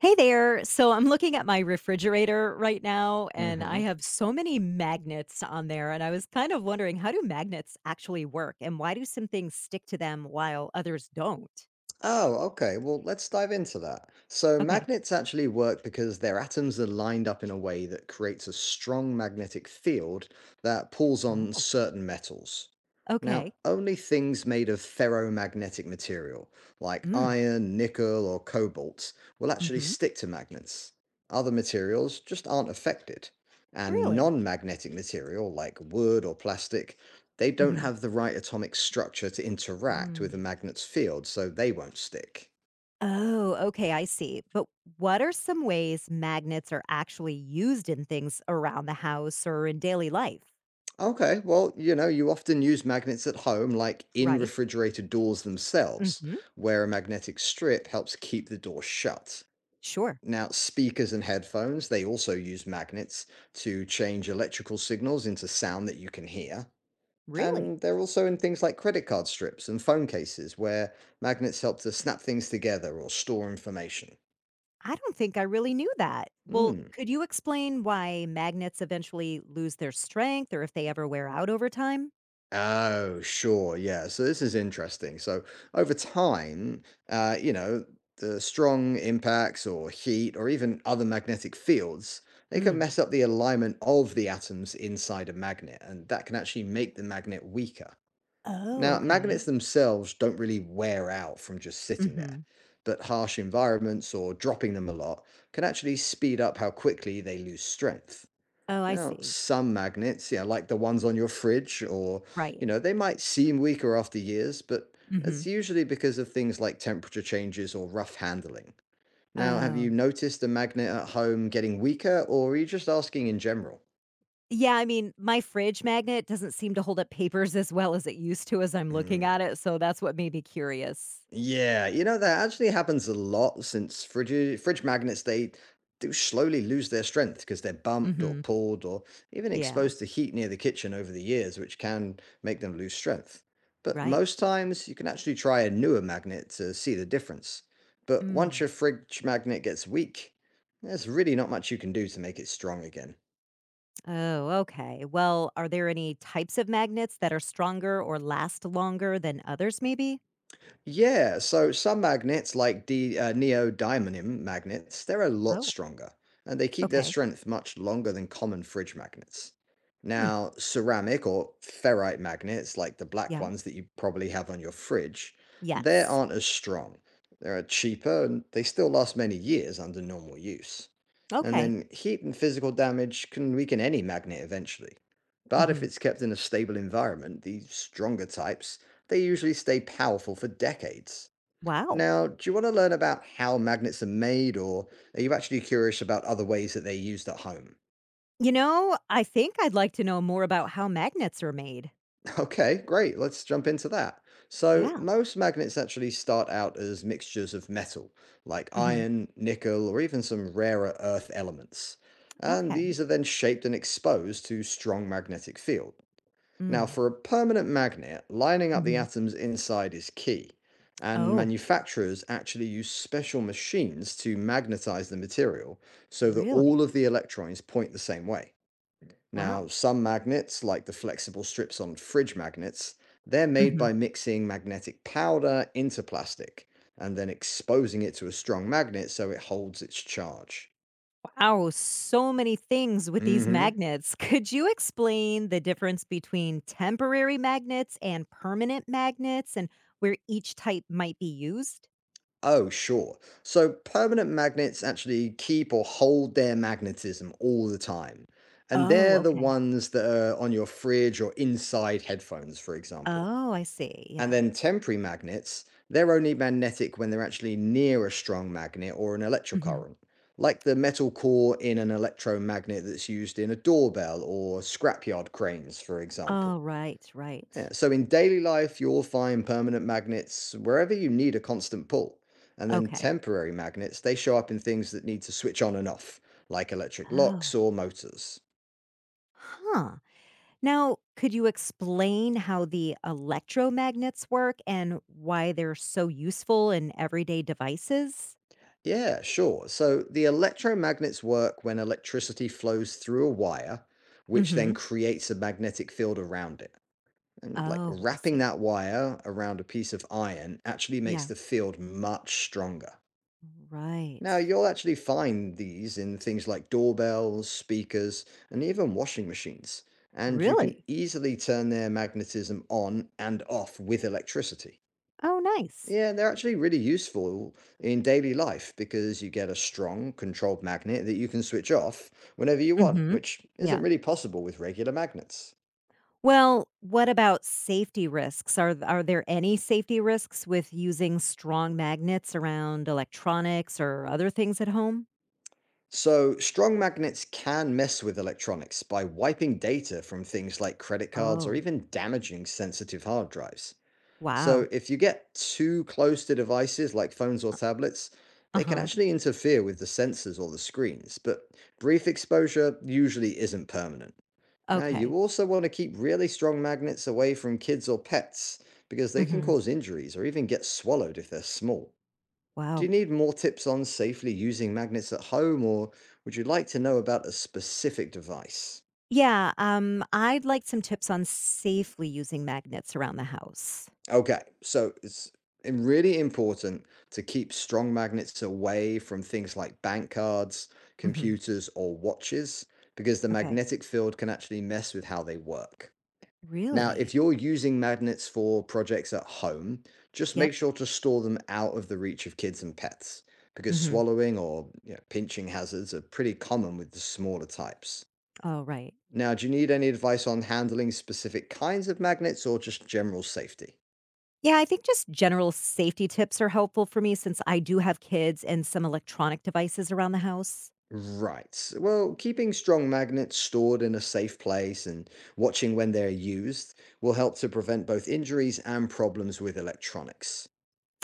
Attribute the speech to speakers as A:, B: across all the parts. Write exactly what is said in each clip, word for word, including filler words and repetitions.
A: Hey there. So I'm looking at my refrigerator right now, and I
B: Hmm.
A: have so many magnets on there. And I was kind of wondering, how do magnets actually work? And why do some things stick to them while others don't?
B: Oh, okay. Well, let's dive into that. So,
A: Okay.
B: magnets actually work because their atoms are lined up in a way that creates a strong magnetic field that pulls on
A: Oh,
B: certain metals. Now,
A: okay.
B: only things made of ferromagnetic material, like
A: Mm,
B: iron, nickel, or cobalt, will actually
A: mm-hmm.
B: stick to magnets. Other materials just aren't affected. And
A: Really?
B: non magnetic material, like wood or plastic, they don't
A: Mm-hmm.
B: have the right atomic structure to interact with a
A: Mm.
B: magnet's field, so they won't stick.
A: Oh, okay. I see. But what are some ways magnets are actually used in things around the house or in daily life?
B: Okay, well, you know, you often use magnets at home, like in
A: Right.
B: refrigerator doors themselves,
A: Mm-hmm.
B: where a magnetic strip helps keep the door shut.
A: Sure.
B: Now, speakers and headphones, they also use magnets to change electrical signals into sound that you can hear.
A: Really?
B: And they're also in things like credit card strips and phone cases, where magnets help to snap things together or store information.
A: I don't think I really knew that. Well,
B: Hmm.
A: could you explain why magnets eventually lose their strength or if they ever wear out over time?
B: Oh, sure. Yeah. So this is interesting. So over time, uh, you know, the strong impacts or heat or even other magnetic fields, they can
A: Mm.
B: mess up the alignment of the atoms inside a magnet, and that can actually make the magnet weaker.
A: Oh,
B: Now, magnets
A: okay.
B: themselves don't really wear out from just sitting there,
A: Mhm.
B: but harsh environments or dropping them a lot can actually speed up how quickly they lose strength.
A: Oh, I
B: Now,
A: see.
B: some magnets, yeah, like the ones on your fridge, or,
A: Right.
B: you know, they might seem weaker after years, but
A: Mhm.
B: that's usually because of things like temperature changes or rough handling. Now, have you
A: Oh.
B: noticed a magnet at home getting weaker, or are you just asking in general?
A: Yeah, I mean, my fridge magnet doesn't seem to hold up papers as well as it used to as I'm looking
B: Mm.
A: at it, so that's what made me curious.
B: Yeah, you know, that actually happens a lot since fridge fridge magnets they do slowly lose their strength because they're bumped or
A: Mhm.
B: pulled or even
A: Yeah.
B: exposed to heat near the kitchen over the years, which can make them lose strength. But
A: Right.
B: most times you can actually try a newer magnet to see the difference. But once your
A: Mm.
B: fridge magnet gets weak, there's really not much you can do to make it strong again.
A: Oh, okay. Well, are there any types of magnets that are stronger or last longer than others maybe?
B: Yeah, so some magnets, like the uh, neodymium magnets, they're a lot
A: Oh.
B: stronger and they keep their
A: Okay.
B: strength much longer than common fridge magnets.
A: Hmm.
B: Now, ceramic or ferrite magnets, like the black
A: Yeah.
B: ones that you probably have on your fridge, they
A: Yes.
B: aren't as strong. They're cheaper and they still last many years under normal use. And
A: Okay.
B: then heat and physical damage can weaken any magnet eventually. But if
A: Mhm.
B: it's kept in a stable environment, the stronger types, they usually stay powerful for decades.
A: Wow.
B: Now, do you want to learn about how magnets are made, or are you actually curious about other ways that they're used at home?
A: You know, I think I'd like to know more about how magnets are made.
B: Okay, great. Let's jump into that. So,
A: Yeah.
B: most magnets actually start out as mixtures of metal, like
A: Mhm.
B: iron, nickel, or even some rarer earth elements. And
A: Okay.
B: these are then shaped and exposed to strong magnetic field. Now,
A: Mm.
B: for a permanent magnet, lining up the
A: Mhm.
B: atoms inside is key. And
A: Oh,
B: manufacturers actually use special machines to magnetize the material so that
A: really?
B: all of the electrons point the same way.
A: Wow.
B: Now, some magnets, like the flexible strips on fridge magnets, they're made
A: Mhm.
B: by mixing magnetic powder into plastic and then exposing it to a strong magnet so it holds its charge.
A: Wow, so many things with these
B: Hmm.
A: magnets. Could you explain the difference between temporary magnets and permanent magnets and where each type might be used?
B: Oh, sure. So permanent magnets actually keep or hold their magnetism all the time. And
A: Oh,
B: they're the
A: okay.
B: ones that are on your fridge or inside headphones, for example.
A: Oh, I see.
B: And
A: Yeah.
B: then temporary magnets, they're only magnetic when they're actually near a strong magnet or an electric
A: Mhm.
B: current, like the metal core in an electromagnet that's used in a doorbell or scrapyard cranes, for example.
A: Oh, right,
B: Yeah,
A: right.
B: so in daily life, you'll find permanent magnets wherever you need a constant pull. And then
A: Okay.
B: temporary magnets, they show up in things that need to switch on and off, like electric
A: Oh.
B: locks or motors.
A: Huh. Now, could you explain how the electromagnets work and why they're so useful in everyday devices?
B: Yeah, sure. So the electromagnets work when electricity flows through a wire, which then
A: Hmm.
B: creates a magnetic field around it. And like
A: Oh, I
B: wrapping
A: see.
B: that wire around a piece of iron actually makes
A: Yeah.
B: the field much stronger.
A: Right.
B: Now, you'll actually find these in things like doorbells, speakers, and even washing machines. And you can
A: Really?
B: easily turn their magnetism on and off with electricity.
A: Oh, nice.
B: Yeah, they're actually really useful in daily life because you get a strong, controlled magnet that you can switch off whenever you want,
A: Hmm.
B: which isn't
A: Yeah.
B: really possible with regular magnets.
A: Well, what about safety risks? Are th- are there any safety risks with using strong magnets around electronics or other things at home?
B: So, strong magnets can mess with electronics by wiping data from things like credit cards or
A: Oh,
B: even damaging sensitive hard drives.
A: wow.
B: So, if you get too close to devices like phones or tablets,
A: Uh
B: they can
A: huh.
B: actually interfere with the sensors or the screens, but brief exposure usually isn't permanent. Now, you
A: Okay.
B: also want to keep really strong magnets away from kids or pets because they can
A: Mm-hmm.
B: cause injuries or even get swallowed if they're small. Do you
A: Wow.
B: need more tips on safely using magnets at home or would you like to know about a specific device?
A: Yeah, um, I'd like some tips on safely using magnets around the house.
B: Okay, so it's im- really important to keep strong magnets away from things like bank cards,
A: Mhm.
B: computers, or watches because the
A: Okay.
B: magnetic field can actually mess with how they work. Now,
A: Really?
B: if you're using magnets for projects at home, just
A: Yep.
B: make sure to store them out of the reach of kids and pets because
A: Mhm.
B: swallowing or you know, pinching hazards are pretty common with the smaller types.
A: Oh, right.
B: Now, do you need any advice on handling specific kinds of magnets or just general safety?
A: Yeah, I think just general safety tips are helpful for me since I do have kids and some electronic devices around the house.
B: Right. Well, keeping strong magnets stored in a safe place and watching when they're used will help to prevent both injuries and problems with electronics.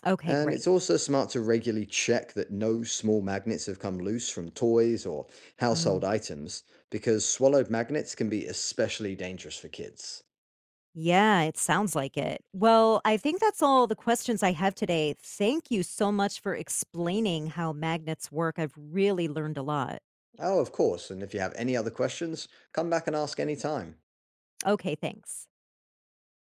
A: Okay,
B: And it's
A: great.
B: also smart to regularly check that no small magnets have come loose from toys or
A: Mm.
B: household items, because swallowed magnets can be especially dangerous for kids.
A: Yeah, it sounds like it. Well, I think that's all the questions I have today. Thank you so much for explaining how magnets work. I've really learned a lot.
B: Oh, of course, and if you have any other questions, come back and ask any time.
A: Okay, thanks.